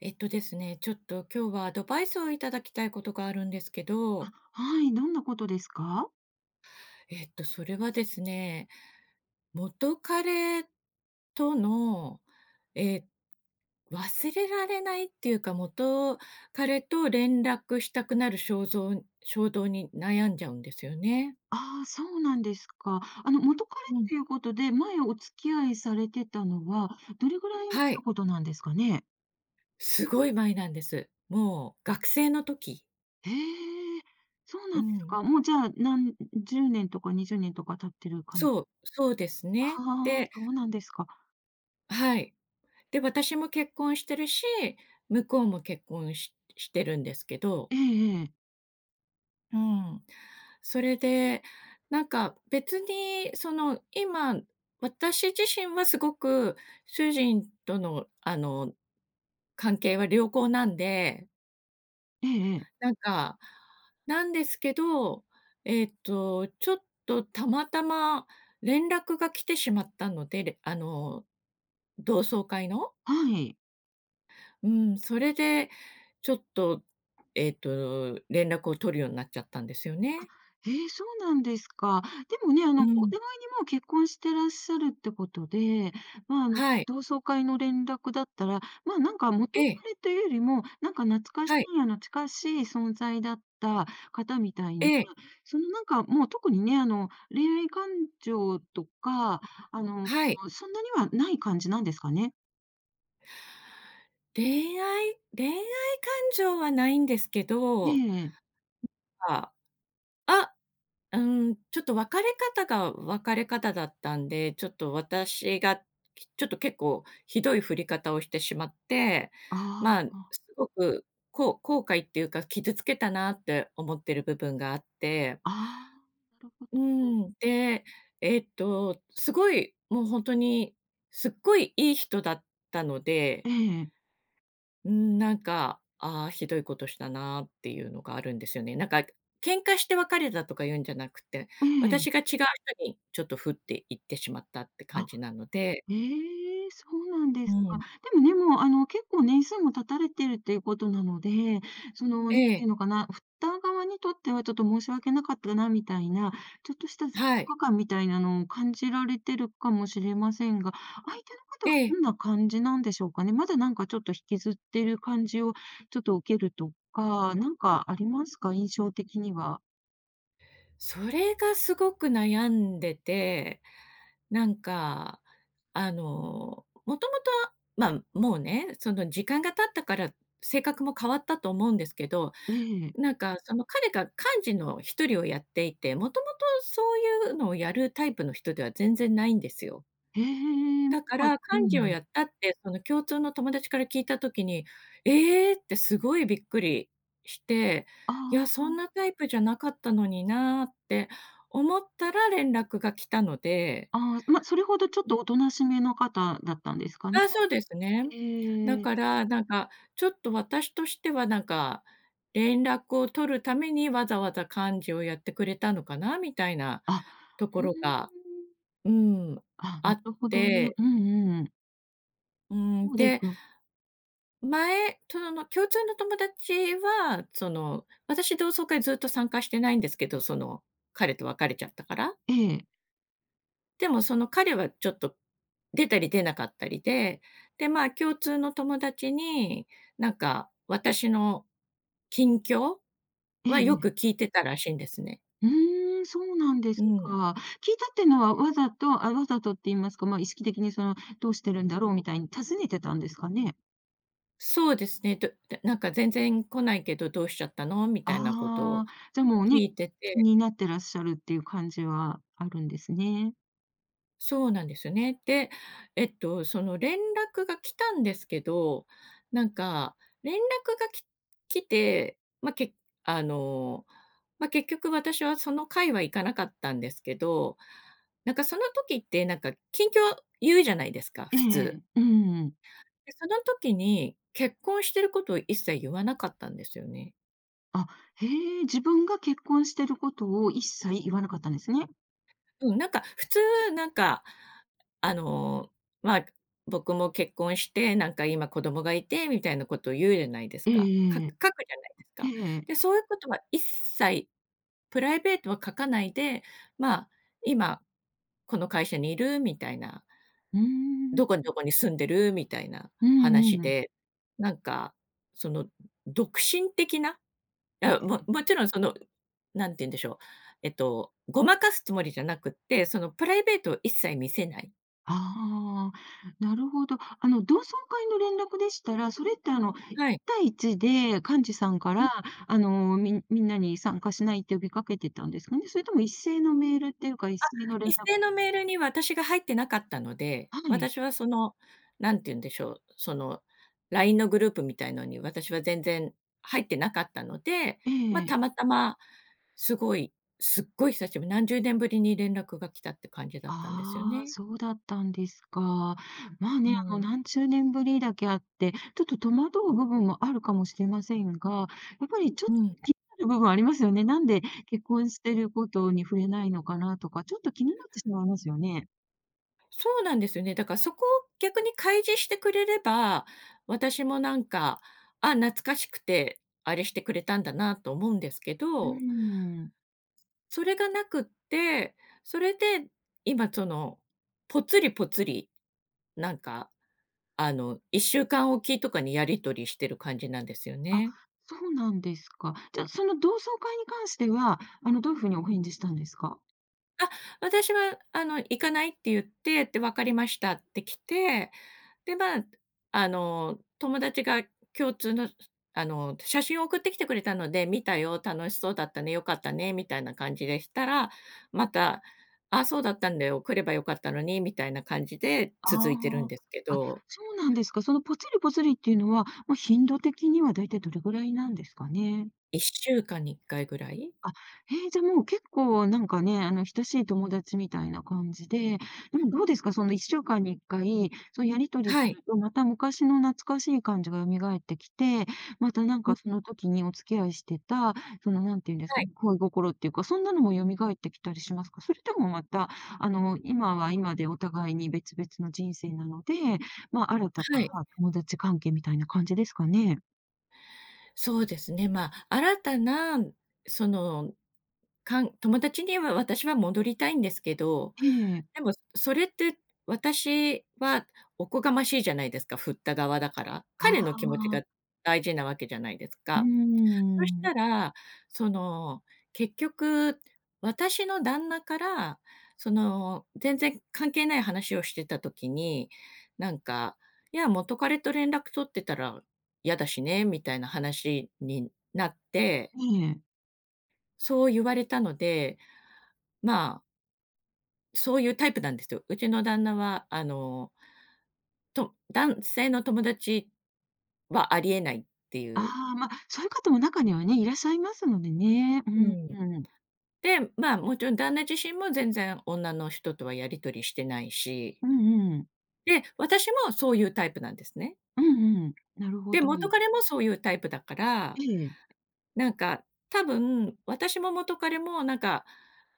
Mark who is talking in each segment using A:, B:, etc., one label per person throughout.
A: えっとですね、ちょっと今日はアドバイスをいただきたいことがあるんですけど、
B: はい、どんなことですか？
A: それはですね、元彼との、え、忘れられないっていうか、元彼と連絡したくなる衝動に悩んじゃうんですよね。
B: ああー、そうなんですか。あの、元彼
A: う
B: っ
A: ん。
B: ていうことで、前お付き合いされてたのは、どれぐらい前の
A: はい、
B: ことなんですかね？
A: すごい前なんです。もう学生の時。
B: へえ、そう
A: う
B: なんです
A: ん。
B: か。もうじゃあ、10年とか20年とか経ってる感じ。
A: そう、そうです
B: あ
A: ね。
B: あ、
A: で、
B: そうなんですか。
A: はい。で、私も結婚してるし、向こうも結婚してるんですけど、
B: ええええ。
A: うん。それで、なんか別にその、今、私自身はすごく主人との関係は良好なんで、
B: ええええ。
A: なんか、なんですけど、ちょっとたまたま連絡が来てしまったので、れあの、同窓会の。
B: はい。
A: うん、それで、ちょっと、連絡を取るようになっちゃったんですよね。
B: ええ、そうなんですか。でもね、あ
A: う
B: の、お
A: ん。
B: 互いにもう結婚してらっしゃるってことで、まあ、あの、
A: はい。
B: 同窓会の連絡だったら、まあ、なんか
A: え
B: 元
A: え、
B: 彼というよりも、なんか懐かし
A: はい、
B: い、あの、近しい存在だった方みたい
A: え
B: な、
A: え、
B: そのなんかもう特にね、あの、恋愛感情とか、あの、
A: はい。
B: そんなにはない感じなんですかね？
A: 恋愛感情はないんですけど、
B: ええ
A: あ、あ、うーん、ちょっと別れ方が別れ方だったんで、ちょっと私が、ちょっと結構ひどい振り方をしてしまって、
B: あ
A: まあ、
B: あ、
A: すごくこう後悔っていうか、傷つけたなって思ってる部分があって、
B: ああ、なるほど。
A: うん、で、すごい、もう本当に、すっごいいい人だったので、
B: ええ、
A: うん、なんか、ああ、ひどいことしたなっていうのがあるんですよね。なんか、喧嘩して別れたとか言うんじゃなくて、
B: ええ、
A: 私が違う人にちょっと振っていってしまったって
B: あ
A: 感じなので。
B: ええ、そうなんで
A: う
B: すか。
A: ん。
B: でもね、もう、あの、結構年数も経たれてるっていうことなので、その、な
A: え
B: んてい
A: え、
B: うのかな、振った側にとってはちょっと申し訳なかったなみたいな、ちょっとした罪
A: はい、
B: 悪感みたいなのを感じられてるかもしれませんが、相手の方
A: え
B: は
A: え、
B: どんな感じなんでしょうかね。まだなんかちょっと引きずってる感じをちょっと受けるとか、なんかありますか？印象的には。
A: それがすごく悩んでて、なんか、あの、もともと、まあ、もうね、その時間が経ったから性格も変わったと思うんですけど、
B: ええ。
A: なんかその彼が幹事の一人をやっていて、もともとそういうのをやるタイプの人では全然ないんですよ。
B: ええ、ま
A: だか
B: あ
A: ら
B: う
A: 幹事を
B: ん。
A: やったって、その共通の友達から聞いた時に、「えーっ」てすごいびっくりして、
B: あ
A: 「いや、そん
B: あ。
A: なタイプじゃなかったのにな」って思ったら連絡が来たので。
B: ああ、ま、それほどちょっとおとなしめの方だったんですか
A: あ
B: ね？
A: あ、そうですね。だ
B: ええ。
A: から、なんか、ちょっと私としては、なんか、連絡を取るためにわざわざ幹事をやってくれたのかなみたいな
B: あ、
A: とこ
B: ふー
A: ろ
B: ん。
A: が、うん、
B: あ、
A: あ
B: な
A: っ
B: るほどね。
A: て、
B: うんうん。
A: う
B: そ
A: ん、
B: うです
A: で、
B: か。
A: 前、その共通の友達は、その、私同窓会ずっと参加してないんですけど、その、彼と別れちゃったから。
B: ええ。
A: でもその彼はちょっと出たり出なかったりで、で、まあ、共通の友達に、なんか私の近況
B: ええ
A: はよく
B: ええ。
A: 聞いてたらしいんですね。
B: うーん、そうなんで
A: う
B: す
A: ん。
B: か。聞いたってのは、わざとって言いますか、ま、意識的にその、どうしてるんだろうみたいに尋ねてたんですかね？
A: そうですね。なんか「全然来ないけどどうしちゃったの？」みたいなことを
B: ああ、じゃもう
A: 聞
B: ね、
A: いて
B: 気
A: て、
B: になってらっしゃるっていう感じはあるんですね。
A: そうなんですよね。で、その連絡が来たんですけど、なんか連絡が来て、まあ、けあの、まあ、結局私はその会は行かなかったんですけど、なんかその時ってなんか近況言うじゃないですか、
B: え
A: 普通。
B: えええ。うん
A: で、その時に結婚してることを一切言わなかったんですよね。
B: あ、へえ、自分が結婚してることを一切言わなかったんですね。
A: うん、なんか普通、なんか、あの、まあ、僕も結婚して、なんか今子供がいてみたいなことを言うじゃないです
B: え
A: か。か書く
B: えええ
A: じゃないですか。で、そういうことは一切、プライベートは書かないで、まあ、今この会社にいるみたいな、
B: うー
A: どこに
B: ん。
A: どこに住んでるみたいな
B: う
A: 話
B: んうん。
A: で、なんか、その独身的な、い
B: え
A: や、も
B: え。
A: もちろんその、なんて言うんでしょう、ごまかすつもりじゃなくって、そのプライベートを一切見せない。
B: ああ、なるほど。あの、同窓会の連絡でしたら、それってあの、1
A: はい。
B: 対1で幹事さんから、あの、みんなに参加しないって呼びかけてたんですかね？それとも一斉のメールっていうか、一斉の連
A: 一
B: 絡。
A: 斉のメールには私が入ってなかったので、
B: はい。
A: 私はその、なんて言うんでしょう、その LINE のグループみたいのに私は全然入ってなかったので、
B: え
A: ま、
B: え。
A: たまたま、すごいすっごい久しぶり、何十年ぶりに連絡が来たって感じだったんですよ
B: ああ、
A: ね。
B: そうだったんですか。まあ
A: う
B: ね、あの、
A: ん。
B: 何十年ぶりだけあって、ちょっと戸惑う部分もあるかもしれませんが、やっぱりちょっ
A: う
B: と
A: ん。
B: 気になる部分ありますよね。なんで結婚してることに触れないのかなとか、ちょっと気になってしまいますよね。
A: そうなんですよね。だからそこを逆に開示してくれれば、私もなんか、あ、懐かしくて、あれしてくれたんだなと思うんですけ
B: うー
A: ど、
B: ん。
A: それがなくって、それで今その、ぽつりぽつり、なんか、あの、1週間おきとかにやり取りしてる感じなんですよ
B: あ、
A: ね。
B: そうなんですか。じゃあ、その同窓会に関しては、あの、どういうふうにお返事したんですか？
A: あ、私はあの、行かないって言って、で、分かりましたって来て、で、まあ、あの、友達が共通の、あの、写真を送ってきてくれたので、見たよ、楽しそうだったね、良かったね、みたいな感じでしたら、また、あ、そうだったんだよ、来れば良かったのに、みたいな感じで続いてるん
B: あ
A: ですけ
B: あ、あ、
A: ど、
B: そうなんですか。そのポツリポツリっていうのは、まあ、頻度的にはだいたいどれぐらいなんですかね？
A: 1週間に1回ぐらい？
B: あ、じゃ、もう結構なんかね、あの、親しい友達みたいな感じで、でもどうですか？その1週間に1回、そうやり取り
A: は
B: す
A: い。
B: ると、また昔の懐かしい感じが蘇ってきて、またなんかその時にお付き合いしてた、そのなんていうんです
A: は
B: か
A: い。
B: ね恋心っていうか、そんなのも蘇ってきたりしますか？それともまた、あの、今は今でお互いに別々の人生なので、まあ、新たな、
A: はい。
B: ま友達関係みたいな感じですかね？
A: そうですね、まあ、新たな、そのかん友達には私は戻りたいんですけど、
B: ええ。
A: でもそれって私はおこがましいじゃないですか、振った側だから。
B: あ
A: 彼の気持ち
B: あ
A: が
B: ー、
A: 大事なわけじゃないです
B: う
A: か。
B: ー
A: そした
B: ん。
A: ら、その、結局、私の旦那から、その、全然関係ない話をしてた時に、なんか、いや、元彼と連絡取ってたら嫌だしね、みたいな話になって、
B: ええ。
A: そう言われたので、まあそういうタイプなんですよ。うちの旦那は、あの、と男性の友達はありえないっていう。
B: ああ、まあ、そういう方も中にはね、いらっしゃいますのでね。う
A: う
B: ん
A: ん。
B: うん。
A: で、まあ、もちろん旦那自身も全然女の人とはやり取りしてないし、
B: うんうん。
A: で、私もそういうタイプなんですね。
B: うんうん。なるほ
A: で、
B: ど。
A: 元彼もそういうタイプだか
B: え
A: ら、
B: え。
A: なんか、多分私も元彼もなんか、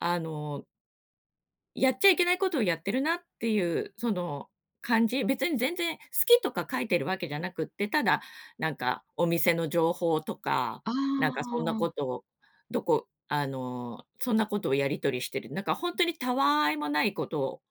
A: あの、やっちゃいけないことをやってるなっていう、その感じ、別に全然好きとか書いてるわけじゃなくって、ただ、なんかお店の情報とか、
B: あ
A: なんかそんなこ
B: あ、
A: とを、どこあの、そんなことをやり取りしてる、なんか本当にたわいもないことを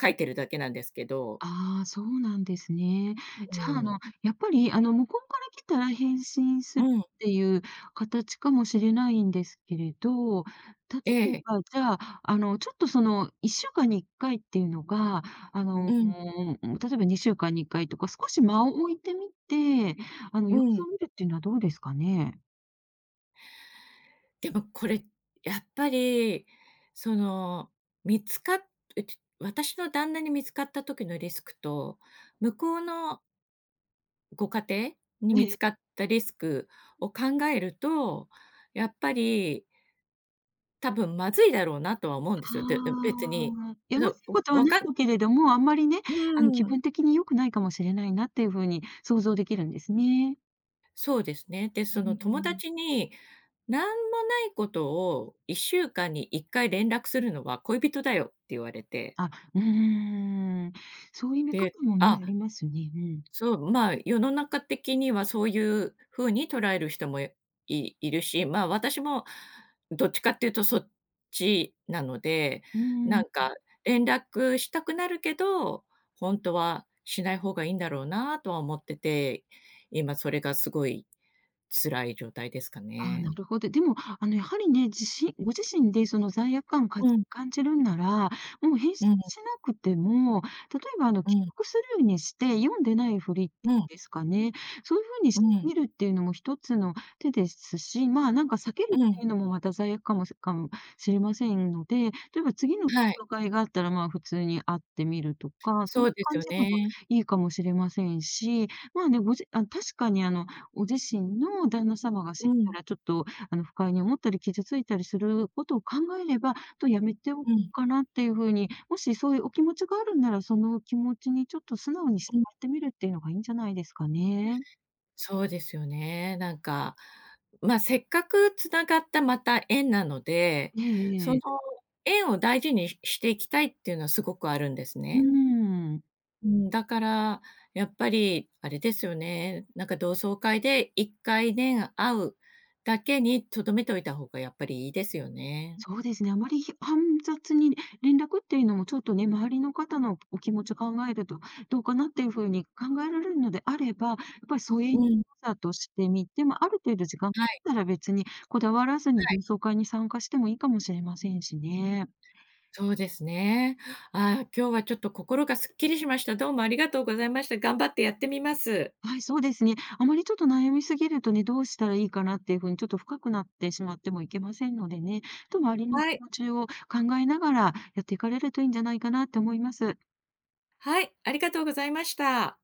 A: 書いてるだけなんですけど。
B: ああ、そうなんですね。
A: う
B: じゃあ、あの、
A: ん。
B: やっぱり、あの、向こうから来たら返信す
A: う
B: るっ
A: ん。
B: ていう形かもしれないんですけれど、例
A: え
B: え
A: え。
B: ば、じゃあ、あの、ちょっと、その、1週間に1回っていうのが、あ
A: う
B: の、う
A: ん。
B: ん、例えば2週間に1回とか、少し間を置いてみて、あの、
A: う
B: 様子
A: ん。
B: を見るっていうのはどうですかね？
A: でもこれ、やっぱり、その、見つかっうち私の旦那に見つかった時のリスクと、向こうのご家庭に
B: え
A: 見つ
B: え、
A: かったリスクを考えると、やっぱり多分まずいだろうなとは思うんですよ。で、うん、別に、
B: ああ、や
A: そ
B: ま
A: う、
B: しいこと
A: お
B: は
A: わ
B: ないん
A: か
B: だけれども、あんまりね、
A: う
B: あの、気
A: ん、
B: 分的に良くないかもしれないなっていう風に想像できるんですね。
A: そうですね。で、
B: う
A: その友
B: ん。
A: 達になんもないことを1週間に1回連絡するのは恋人だよって言われて、
B: あ、うーん。そういう見方
A: で、
B: も
A: あ、
B: ね、ありますね。うん。
A: そう、まあ、世の中的にはそういう風に捉える人もいるし、まあ、私もどっちかっていうとそっちなので、
B: うー
A: なん
B: ん。
A: か連絡したくなるけど、本当はしない方がいいんだろうなとは思ってて、今それがすごい辛い状態ですか
B: ああ、な
A: ね。
B: るほど。でも、あの、やはりね、ご自身でその罪悪感を
A: うん、
B: 感じるんなら、もう返信
A: うん、
B: しなくても、例えば、あの、
A: う
B: 既
A: ん、う
B: 読スルーにして、読んでないふりっていう
A: ん、
B: んですかね、そういう風に
A: う
B: して
A: ん、
B: みるっていうのも一つの手ですし、まあ、なんか避けるっ
A: う
B: て
A: ん。
B: いうのもまた罪悪かもしれませんので、例えば次の
A: はい、
B: ご紹介があったら、まあ、普通に会ってみるとか、そう
A: そ
B: いう
A: うです
B: 感
A: よ
B: じでも
A: ね。
B: いいかもしれませんし、まあね、ごじあ、確かに、あの、ご自身の旦那様が
A: う
B: 知った
A: ん、
B: ら、ちょっと、あの、不快に思ったり傷ついたりすることを考えれば、とやめておこう
A: うん、
B: かなっていう風に、もしそういうお気持ちがあるんなら、その気持ちにちょっと素直に従
A: うん。
B: ってみるっていうのがいいんじゃないですかね。
A: そうですよね。なんか、まあ、せっかくつながったまた縁なので、
B: ええ
A: そ
B: え
A: の
B: え。
A: 縁を大事にししていきたいっていうのはすごくあるんです
B: うー
A: ね。
B: ん。
A: うん、だから、やっぱりあれですよね、なんか同窓会で1回ね、会うだけにとどめておいた方がやっぱりいいですよね。
B: そうですね、あまり煩雑に連絡っていうのもちょっとね、周りの方のお気持ち考えると、どうかなっていうふうに考えられるのであれば、やっぱり疎
A: う
B: 遠
A: ん、
B: さとしてみて、ま、ある程度時間
A: はい、
B: なら別にこだわらずに同窓会に参加してもいいかもしれませんしね。
A: そうですね。あー今日はちょっと心がすっきりしました。どうもありがとうございました。頑張ってやってみます。
B: はい、そうですね。あまりちょっと悩みすぎるとね、どうしたらいいかなっていうふうにちょっと深くなってしまってもいけませんのでね、と周りの気
A: はい、
B: 持ちを考えながらやっていかれるといいんじゃないかなって思います。
A: はい、ありがとうございました。